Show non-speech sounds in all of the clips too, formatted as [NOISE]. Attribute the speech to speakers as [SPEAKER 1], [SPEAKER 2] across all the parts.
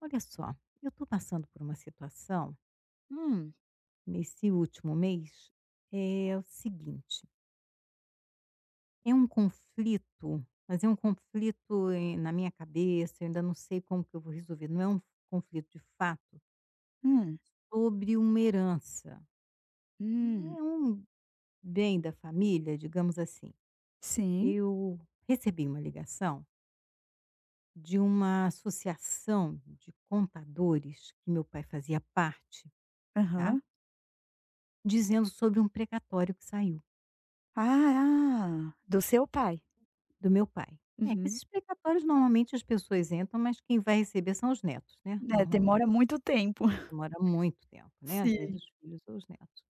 [SPEAKER 1] Olha só, eu estou passando por uma situação
[SPEAKER 2] Hum,
[SPEAKER 1] nesse último mês. É o seguinte, é um conflito, mas é um conflito na minha cabeça, eu ainda não sei como que eu vou resolver. Não é um conflito de fato
[SPEAKER 2] hum,
[SPEAKER 1] sobre uma herança,
[SPEAKER 2] Hum,
[SPEAKER 1] não é um bem da família, digamos assim.
[SPEAKER 2] sim,
[SPEAKER 1] Eu recebi uma ligação de uma associação de contadores que meu pai fazia parte, tá?
[SPEAKER 2] aham.
[SPEAKER 1] Dizendo sobre um precatório que saiu.
[SPEAKER 2] Ah, ah, do seu pai.
[SPEAKER 1] Do meu pai. É que
[SPEAKER 2] Uhum.
[SPEAKER 1] esses precatórios normalmente as pessoas entram, mas quem vai receber são os netos, né,
[SPEAKER 2] É,
[SPEAKER 1] normalmente.
[SPEAKER 2] demora muito tempo. [LAUGHS]
[SPEAKER 1] Demora muito tempo, né, às
[SPEAKER 2] Sim.
[SPEAKER 1] vezes os filhos ou os netos.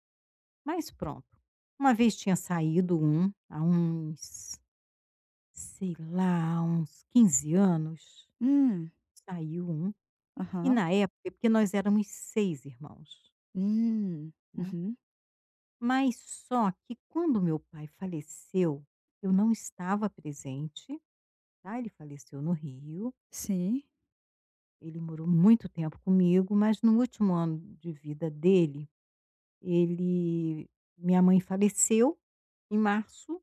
[SPEAKER 1] Mas pronto, uma vez tinha saído um, há uns, sei lá, uns 15 anos,
[SPEAKER 2] Hum,
[SPEAKER 1] saiu um, e
[SPEAKER 2] aham.
[SPEAKER 1] na época é porque nós éramos 6 irmãos,
[SPEAKER 2] Hum,
[SPEAKER 1] né?
[SPEAKER 2] uhum,
[SPEAKER 1] Mas só que quando meu pai faleceu, eu não estava presente, tá, ele faleceu no Rio.
[SPEAKER 2] sim,
[SPEAKER 1] Ele morou muito tempo comigo, mas no último ano de vida dele, ele minha mãe faleceu em março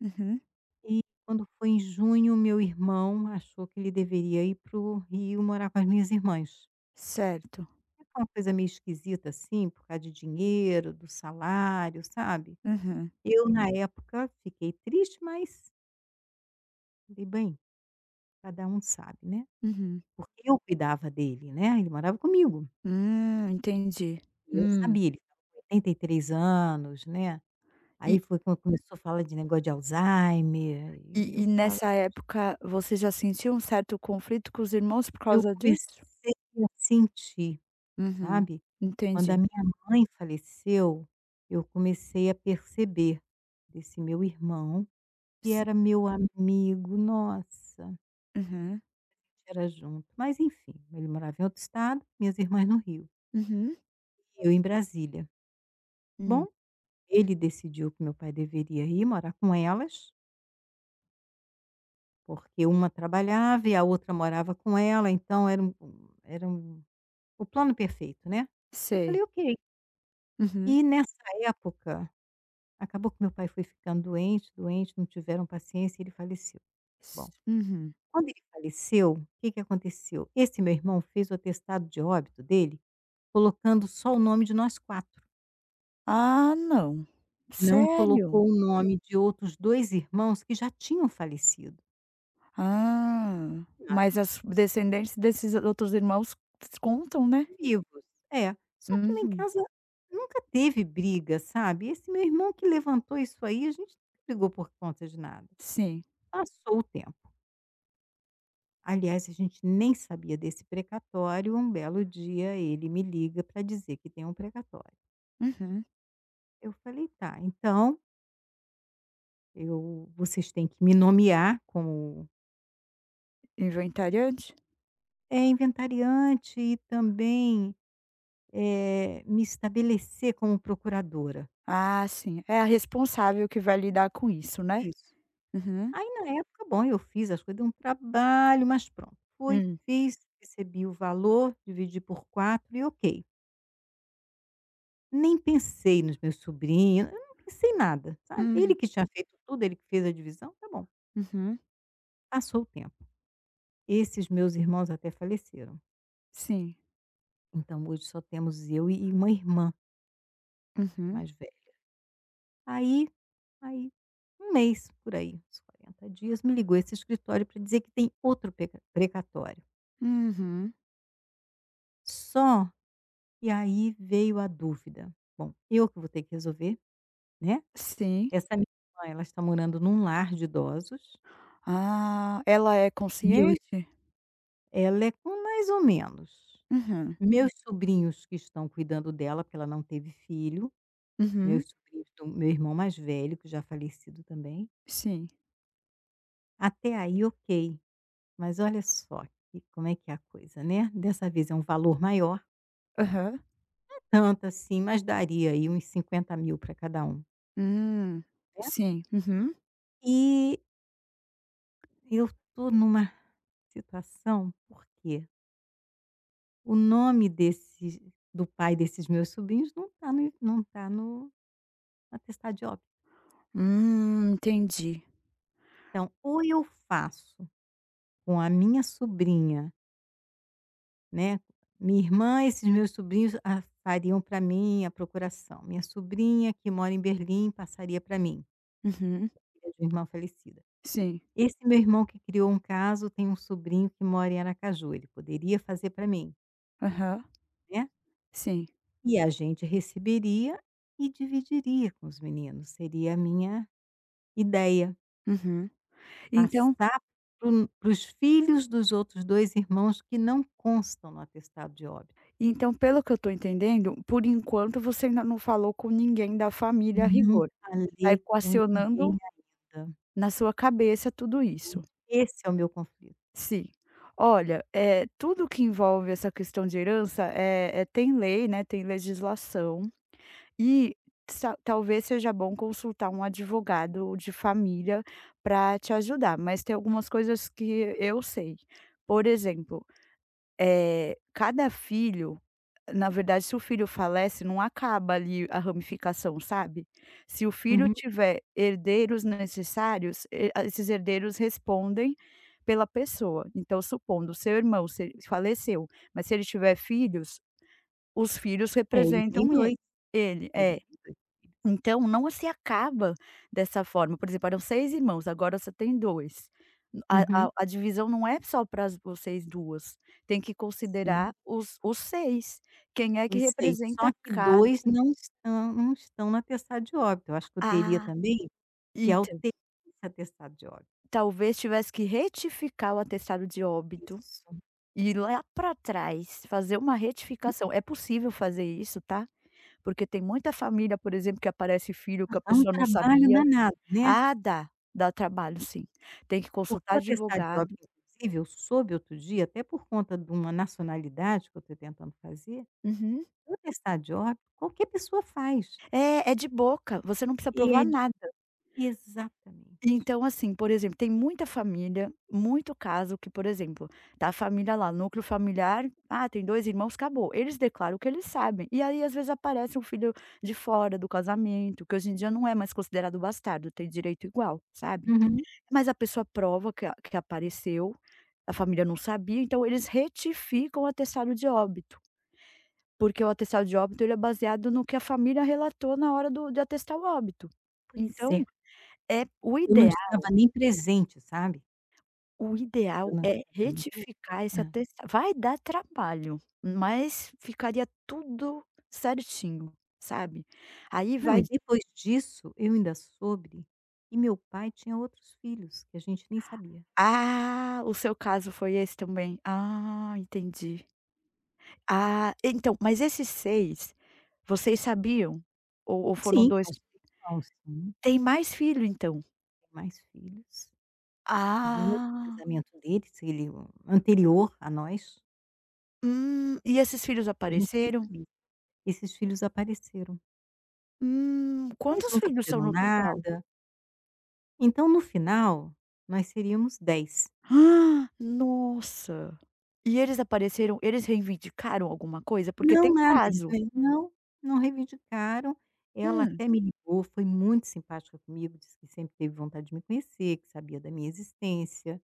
[SPEAKER 2] uhum,
[SPEAKER 1] e quando foi em junho, meu irmão achou que ele deveria ir para o Rio morar com as minhas irmãs.
[SPEAKER 2] certo.
[SPEAKER 1] É uma coisa meio esquisita, assim, por causa de dinheiro, do salário, sabe.
[SPEAKER 2] Uhum,
[SPEAKER 1] Eu, na época, fiquei triste, mas falei: "Bem, cada um sabe, né".
[SPEAKER 2] uhum.
[SPEAKER 1] Porque eu cuidava dele, né, ele morava comigo,
[SPEAKER 2] Entendi.
[SPEAKER 1] e eu
[SPEAKER 2] Hum,
[SPEAKER 1] sabia, ele estava com 83 anos, né. Aí
[SPEAKER 2] e
[SPEAKER 1] foi quando começou a falar de negócio de Alzheimer, e
[SPEAKER 2] e
[SPEAKER 1] eu
[SPEAKER 2] e
[SPEAKER 1] falava:
[SPEAKER 2] nessa
[SPEAKER 1] "Gente",
[SPEAKER 2] época você já sentiu um certo conflito com os irmãos por
[SPEAKER 1] eu
[SPEAKER 2] causa disso?
[SPEAKER 1] comecei a sentir,
[SPEAKER 2] Uhum,
[SPEAKER 1] sabe. Quando a
[SPEAKER 2] entendi.
[SPEAKER 1] minha mãe faleceu, eu comecei a perceber desse meu irmão, que
[SPEAKER 2] Sim,
[SPEAKER 1] era meu amigo, nossa, a
[SPEAKER 2] uhum,
[SPEAKER 1] gente era junto, mas enfim, ele morava em outro estado, minhas irmãs no Rio,
[SPEAKER 2] uhum,
[SPEAKER 1] e eu em Brasília.
[SPEAKER 2] hum,
[SPEAKER 1] Bom, ele decidiu que meu pai deveria ir morar com elas, porque uma trabalhava e a outra morava com ela, então era um o plano perfeito, né. Eu
[SPEAKER 2] sei.
[SPEAKER 1] falei: "Ok".
[SPEAKER 2] Uhum.
[SPEAKER 1] E nessa época, acabou que meu pai foi ficando doente, doente, não tiveram paciência e ele faleceu.
[SPEAKER 2] S
[SPEAKER 1] Bom,
[SPEAKER 2] Uhum.
[SPEAKER 1] quando ele faleceu, o que que aconteceu? Esse meu irmão fez o atestado de óbito dele colocando só o nome de nós 4.
[SPEAKER 2] Ah, não.
[SPEAKER 1] Não
[SPEAKER 2] Sério?
[SPEAKER 1] colocou o nome de outros 2 irmãos que já tinham falecido,
[SPEAKER 2] Ah, mas as
[SPEAKER 1] mas
[SPEAKER 2] descendentes desses outros irmãos contam, né?
[SPEAKER 1] vivos. É. Só que lá em
[SPEAKER 2] Uhum.
[SPEAKER 1] casa nunca teve briga, sabe. Esse meu irmão que levantou isso aí, a gente não brigou por conta de nada.
[SPEAKER 2] Sim.
[SPEAKER 1] Passou o tempo. Aliás, a gente nem sabia desse precatório, um belo dia ele me liga para dizer que tem um precatório.
[SPEAKER 2] Uhum.
[SPEAKER 1] Eu falei: "Tá, então eu vocês têm que me nomear como,
[SPEAKER 2] Inventariante?
[SPEAKER 1] inventariante e também, me estabelecer como procuradora".
[SPEAKER 2] Ah, sim. É a responsável que vai lidar com isso, né?
[SPEAKER 1] Isso.
[SPEAKER 2] Uhum.
[SPEAKER 1] Aí na época, bom, eu fiz as coisas, deu um trabalho, mas pronto. Foi,
[SPEAKER 2] Hum.
[SPEAKER 1] fiz, recebi o valor, dividi por 4 e ok. Nem pensei nos meus sobrinhos, eu não pensei nada, sabe.
[SPEAKER 2] Uhum.
[SPEAKER 1] Ele que tinha feito tudo, ele que fez a divisão, tá bom.
[SPEAKER 2] Uhum.
[SPEAKER 1] Passou o tempo. Esses meus irmãos até faleceram,
[SPEAKER 2] Sim.
[SPEAKER 1] então hoje só temos eu e uma irmã
[SPEAKER 2] Uhum.
[SPEAKER 1] mais velha. Aí aí, um mês por aí, uns 40 dias, me ligou esse escritório para dizer que tem outro precatório.
[SPEAKER 2] Uhum.
[SPEAKER 1] Só que aí veio a dúvida: "Bom, eu que vou ter que resolver, né,
[SPEAKER 2] Sim.
[SPEAKER 1] essa minha irmã, ela está morando num lar de idosos,
[SPEAKER 2] Ah, ela é
[SPEAKER 1] meus".
[SPEAKER 2] consciente?
[SPEAKER 1] Ela é com mais ou menos.
[SPEAKER 2] Uhum.
[SPEAKER 1] Uhum. Meus sobrinhos que estão cuidando dela, porque ela não teve filho,
[SPEAKER 2] Uhum.
[SPEAKER 1] meus sobrinhos do meu irmão mais velho, que já falecido também,
[SPEAKER 2] Sim.
[SPEAKER 1] até aí ok, mas olha só que como é que é a coisa, né. Dessa vez é um valor maior,
[SPEAKER 2] Aham.
[SPEAKER 1] não tanto assim, mas daria aí uns 50 mil para cada um,
[SPEAKER 2] Hum.
[SPEAKER 1] né.
[SPEAKER 2] Sim. Uhum.
[SPEAKER 1] E eu estou numa situação, porque o nome desse do pai desses meus sobrinhos não está no atestado de óbito.
[SPEAKER 2] Entendi.
[SPEAKER 1] Então, ou eu faço com a minha sobrinha, né, minha irmã, esses meus sobrinhos, ah, fariam para mim a procuração. Minha sobrinha, que mora em Berlim, passaria para mim,
[SPEAKER 2] Uhum.
[SPEAKER 1] filha de uma irmã falecida.
[SPEAKER 2] Sim.
[SPEAKER 1] Esse meu irmão que criou um caso tem um sobrinho que mora em Aracaju, ele poderia fazer para mim,
[SPEAKER 2] Aham.
[SPEAKER 1] né?
[SPEAKER 2] Sim.
[SPEAKER 1] E a gente receberia e dividiria com os meninos, seria a minha ideia,
[SPEAKER 2] Uhum. Então
[SPEAKER 1] passar para os filhos dos outros dois irmãos que não constam no atestado de óbito.
[SPEAKER 2] então pelo que eu tô entendendo, por enquanto você ainda não falou com ninguém da família a
[SPEAKER 1] Não
[SPEAKER 2] rigor. Tá
[SPEAKER 1] falei com
[SPEAKER 2] equacionando
[SPEAKER 1] ninguém ainda.
[SPEAKER 2] na sua cabeça tudo isso.
[SPEAKER 1] Esse é o meu conflito.
[SPEAKER 2] Sim. Olha, tudo que envolve essa questão de herança, é tem lei, né, tem legislação. E sa talvez seja bom consultar um advogado de família para te ajudar, mas tem algumas coisas que eu sei. Por exemplo, cada filho na verdade, se o filho falece, não acaba ali a ramificação, sabe. Se o filho
[SPEAKER 1] Uhum.
[SPEAKER 2] tiver herdeiros necessários, e a esses herdeiros respondem pela pessoa. Então, supondo, seu irmão se faleceu, mas se ele tiver filhos, os filhos
[SPEAKER 1] É, ele tem
[SPEAKER 2] representam ele
[SPEAKER 1] 2,
[SPEAKER 2] ele.
[SPEAKER 1] ele
[SPEAKER 2] É.
[SPEAKER 1] tem 2 filhos.
[SPEAKER 2] Então não se acaba dessa forma, por exemplo, eram 6 irmãos, agora você tem 2. A a
[SPEAKER 1] Uhum.
[SPEAKER 2] a divisão não é só para vocês 2. Tem que considerar
[SPEAKER 1] Sim,
[SPEAKER 2] os 6, quem é que
[SPEAKER 1] os 6.
[SPEAKER 2] representa
[SPEAKER 1] Só que
[SPEAKER 2] cada...
[SPEAKER 1] 2 não estão no atestado de óbito. Eu acho que eu teria
[SPEAKER 2] Ah,
[SPEAKER 1] também que
[SPEAKER 2] então,
[SPEAKER 1] alterar esse atestado de óbito.
[SPEAKER 2] talvez tivesse que retificar o atestado de óbito,
[SPEAKER 1] Isso.
[SPEAKER 2] e ir lá para trás, fazer uma retificação. É possível fazer isso, tá, porque tem muita família, por exemplo, que aparece filho que a
[SPEAKER 1] Dá um
[SPEAKER 2] pessoa não
[SPEAKER 1] trabalho
[SPEAKER 2] sabia.
[SPEAKER 1] danado, né.
[SPEAKER 2] Ah, dá. Dá trabalho, sim. Tem que
[SPEAKER 1] Porque
[SPEAKER 2] consultar
[SPEAKER 1] o atestado de
[SPEAKER 2] advogado.
[SPEAKER 1] óbito, inclusive, eu soube outro dia, até por conta de uma nacionalidade que eu estou tentando fazer,
[SPEAKER 2] Uhum.
[SPEAKER 1] o atestado de óbito qualquer pessoa faz.
[SPEAKER 2] É, é de boca, você não precisa
[SPEAKER 1] E
[SPEAKER 2] provar
[SPEAKER 1] é de.
[SPEAKER 2] nada.
[SPEAKER 1] Exatamente.
[SPEAKER 2] Então, assim, por exemplo, tem muita família, muito caso que, por exemplo, tá a família lá, núcleo familiar, ah, tem 2 irmãos, acabou. Eles declaram o que eles sabem. E aí, às vezes, aparece um filho de fora do casamento, que hoje em dia não é mais considerado bastardo, tem direito igual, sabe.
[SPEAKER 1] Uhum.
[SPEAKER 2] Mas a pessoa prova que a que apareceu, a família não sabia, então eles retificam o atestado de óbito. Porque o atestado de óbito ele é baseado no que a família relatou na hora do de atestar o óbito.
[SPEAKER 1] Pois
[SPEAKER 2] Então,
[SPEAKER 1] é,
[SPEAKER 2] é o
[SPEAKER 1] eu não
[SPEAKER 2] ideal
[SPEAKER 1] estava nem presente, sabe,
[SPEAKER 2] o
[SPEAKER 1] eu
[SPEAKER 2] ideal
[SPEAKER 1] não
[SPEAKER 2] é
[SPEAKER 1] estava nem presente.
[SPEAKER 2] retificar esse
[SPEAKER 1] Hã.
[SPEAKER 2] atestado. Vai dar trabalho, mas ficaria tudo certinho, sabe. Aí
[SPEAKER 1] Não,
[SPEAKER 2] vai
[SPEAKER 1] e depois disso eu ainda soube que meu pai tinha outros filhos, que a gente nem sabia.
[SPEAKER 2] Ah, o seu caso foi esse também? Ah, entendi. Ah, então, mas esses 6 vocês sabiam? Ou foram
[SPEAKER 1] Sim,
[SPEAKER 2] dois...
[SPEAKER 1] nós irmãos, sim,
[SPEAKER 2] Tem mais filho então?
[SPEAKER 1] tem mais filhos de um outro
[SPEAKER 2] Ah.
[SPEAKER 1] casamento dele, se ele o anterior a nós,
[SPEAKER 2] E esses filhos
[SPEAKER 1] a gente nem
[SPEAKER 2] apareceram?
[SPEAKER 1] sabia. Esses filhos apareceram, mas
[SPEAKER 2] Quantos
[SPEAKER 1] nunca
[SPEAKER 2] filhos são
[SPEAKER 1] pediram
[SPEAKER 2] no total?
[SPEAKER 1] nada, então no final nós seríamos 10.
[SPEAKER 2] Ah, nossa. E eles apareceram, eles reivindicaram alguma coisa? Porque
[SPEAKER 1] Não,
[SPEAKER 2] tem
[SPEAKER 1] nada, eles
[SPEAKER 2] prazo.
[SPEAKER 1] nem não, não reivindicaram. Ela
[SPEAKER 2] Hum,
[SPEAKER 1] até me ligou, foi muito simpática comigo, disse que sempre teve vontade de me conhecer, que sabia da minha existência,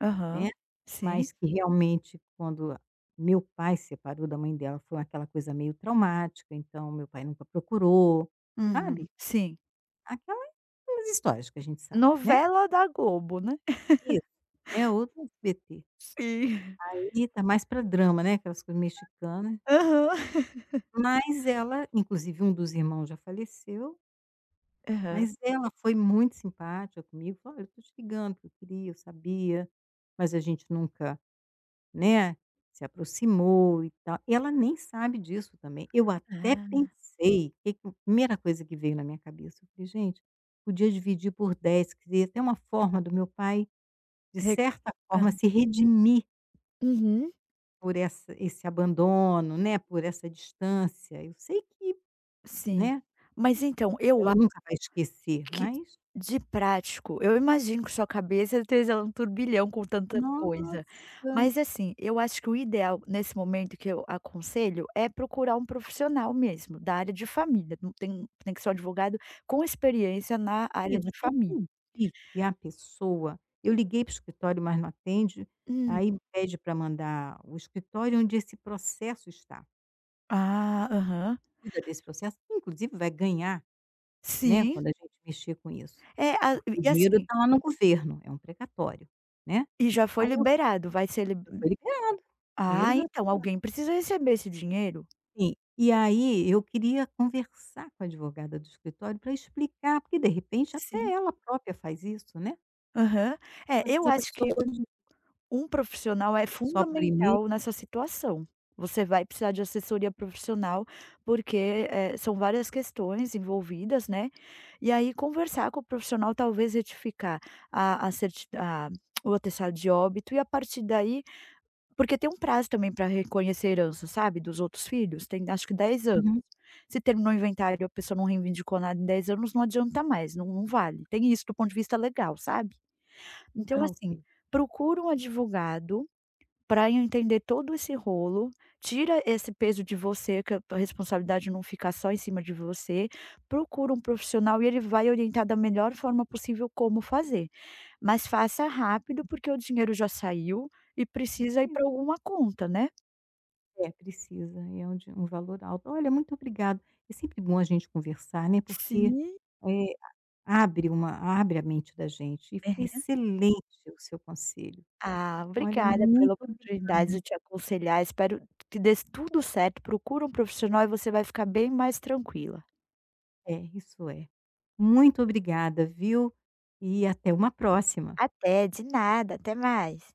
[SPEAKER 2] aham,
[SPEAKER 1] né,
[SPEAKER 2] sim,
[SPEAKER 1] mas que realmente quando meu pai se separou da mãe dela, foi aquela coisa meio traumática, então meu pai nunca procurou,
[SPEAKER 2] uhum,
[SPEAKER 1] sabe,
[SPEAKER 2] sim.
[SPEAKER 1] aquela aquelas histórias que a gente sabe, né.
[SPEAKER 2] Novela da Globo, né?
[SPEAKER 1] Isso, é outro SBT.
[SPEAKER 2] Sim.
[SPEAKER 1] Aí tá mais pra drama, né, aquelas coisas mexicana,
[SPEAKER 2] [LAUGHS]
[SPEAKER 1] mas ela inclusive um dos irmãos já faleceu.
[SPEAKER 2] Aham, aham.
[SPEAKER 1] Mas ela foi muito simpática comigo, falou: "Olha, eu tô te ligando porque eu queria, eu sabia, mas a gente nunca, né, se aproximou e tal". Ela nem sabe disso também. Eu até
[SPEAKER 2] Ah,
[SPEAKER 1] pensei, que a primeira coisa que veio na minha cabeça, eu falei: "Gente, podia dividir por 10, que seria até uma forma do meu pai, de
[SPEAKER 2] re
[SPEAKER 1] certa forma,
[SPEAKER 2] aham.
[SPEAKER 1] se redimir
[SPEAKER 2] Uhum,
[SPEAKER 1] por essa esse abandono, né, por essa distância. Eu sei que,
[SPEAKER 2] sim.
[SPEAKER 1] né,
[SPEAKER 2] Mas então, eu
[SPEAKER 1] ela nunca vai esquecer,
[SPEAKER 2] que
[SPEAKER 1] mas
[SPEAKER 2] de prático, eu imagino que sua cabeça esteja um turbilhão com tanta coisa.
[SPEAKER 1] nossa!
[SPEAKER 2] Mas assim, eu acho que o ideal nesse momento que eu aconselho é procurar um profissional mesmo, da área de família, não tem tem que ser um advogado com experiência na área
[SPEAKER 1] E
[SPEAKER 2] de
[SPEAKER 1] você
[SPEAKER 2] família.
[SPEAKER 1] pedir que a pessoa eu liguei para o escritório, mas não atende,
[SPEAKER 2] Hum.
[SPEAKER 1] aí pede para mandar o escritório onde esse processo está.
[SPEAKER 2] Ah, aham.
[SPEAKER 1] Cuida desse processo, que inclusive vai ganhar, né,
[SPEAKER 2] Sim.
[SPEAKER 1] quando a gente mexer com isso.
[SPEAKER 2] É, a
[SPEAKER 1] Porque o
[SPEAKER 2] e
[SPEAKER 1] dinheiro
[SPEAKER 2] assim,
[SPEAKER 1] está lá no governo, é um precatório, né.
[SPEAKER 2] e já foi
[SPEAKER 1] Aí eu
[SPEAKER 2] liberado, vai ser lib
[SPEAKER 1] já foi liberado, o dinheiro
[SPEAKER 2] ah,
[SPEAKER 1] já
[SPEAKER 2] então
[SPEAKER 1] está
[SPEAKER 2] alguém precisa receber esse dinheiro.
[SPEAKER 1] assim. E aí eu queria conversar com a advogada do escritório para explicar, porque de repente
[SPEAKER 2] Sim.
[SPEAKER 1] até ela própria faz isso, né.
[SPEAKER 2] Aham. É,
[SPEAKER 1] Mas
[SPEAKER 2] eu
[SPEAKER 1] a
[SPEAKER 2] acho
[SPEAKER 1] pessoa
[SPEAKER 2] que um profissional é
[SPEAKER 1] só por e-mail.
[SPEAKER 2] fundamental nessa situação. Você vai precisar de assessoria profissional, porque, são várias questões envolvidas, né. E aí conversar com o profissional, talvez retificar a certi a o atestado de óbito e a partir daí... porque tem um prazo também para reconhecer a herança, sabe, dos outros filhos, tem acho que 10 anos.
[SPEAKER 1] Uhum.
[SPEAKER 2] Se terminou o inventário e a pessoa não reivindicou nada em 10 anos, não adianta mais, não vale. Tem isso do ponto de vista legal, sabe. Então
[SPEAKER 1] Ah,
[SPEAKER 2] assim,
[SPEAKER 1] ok.
[SPEAKER 2] procura um advogado para entender todo esse rolo, tira esse peso de você, que a tua responsabilidade não fica só em cima de você, procura um profissional e ele vai orientar da melhor forma possível como fazer. Mas faça rápido, porque o dinheiro já saiu e precisa ir para alguma conta, né?
[SPEAKER 1] É, precisa, de um valor alto. Olha, muito obrigado. É sempre bom a gente conversar, né, porque,
[SPEAKER 2] Sim.
[SPEAKER 1] eh, abre a mente da gente. E
[SPEAKER 2] [LAUGHS]
[SPEAKER 1] foi
[SPEAKER 2] Aham.
[SPEAKER 1] excelente o seu conselho.
[SPEAKER 2] Ah,
[SPEAKER 1] Olha,
[SPEAKER 2] obrigada pela
[SPEAKER 1] muito
[SPEAKER 2] oportunidade
[SPEAKER 1] obrigada.
[SPEAKER 2] de te aconselhar, espero que dê tudo certo, procura um profissional e você vai ficar bem mais tranquila.
[SPEAKER 1] É, isso é. Muito obrigada, viu. E até uma próxima.
[SPEAKER 2] Até, de nada, até mais.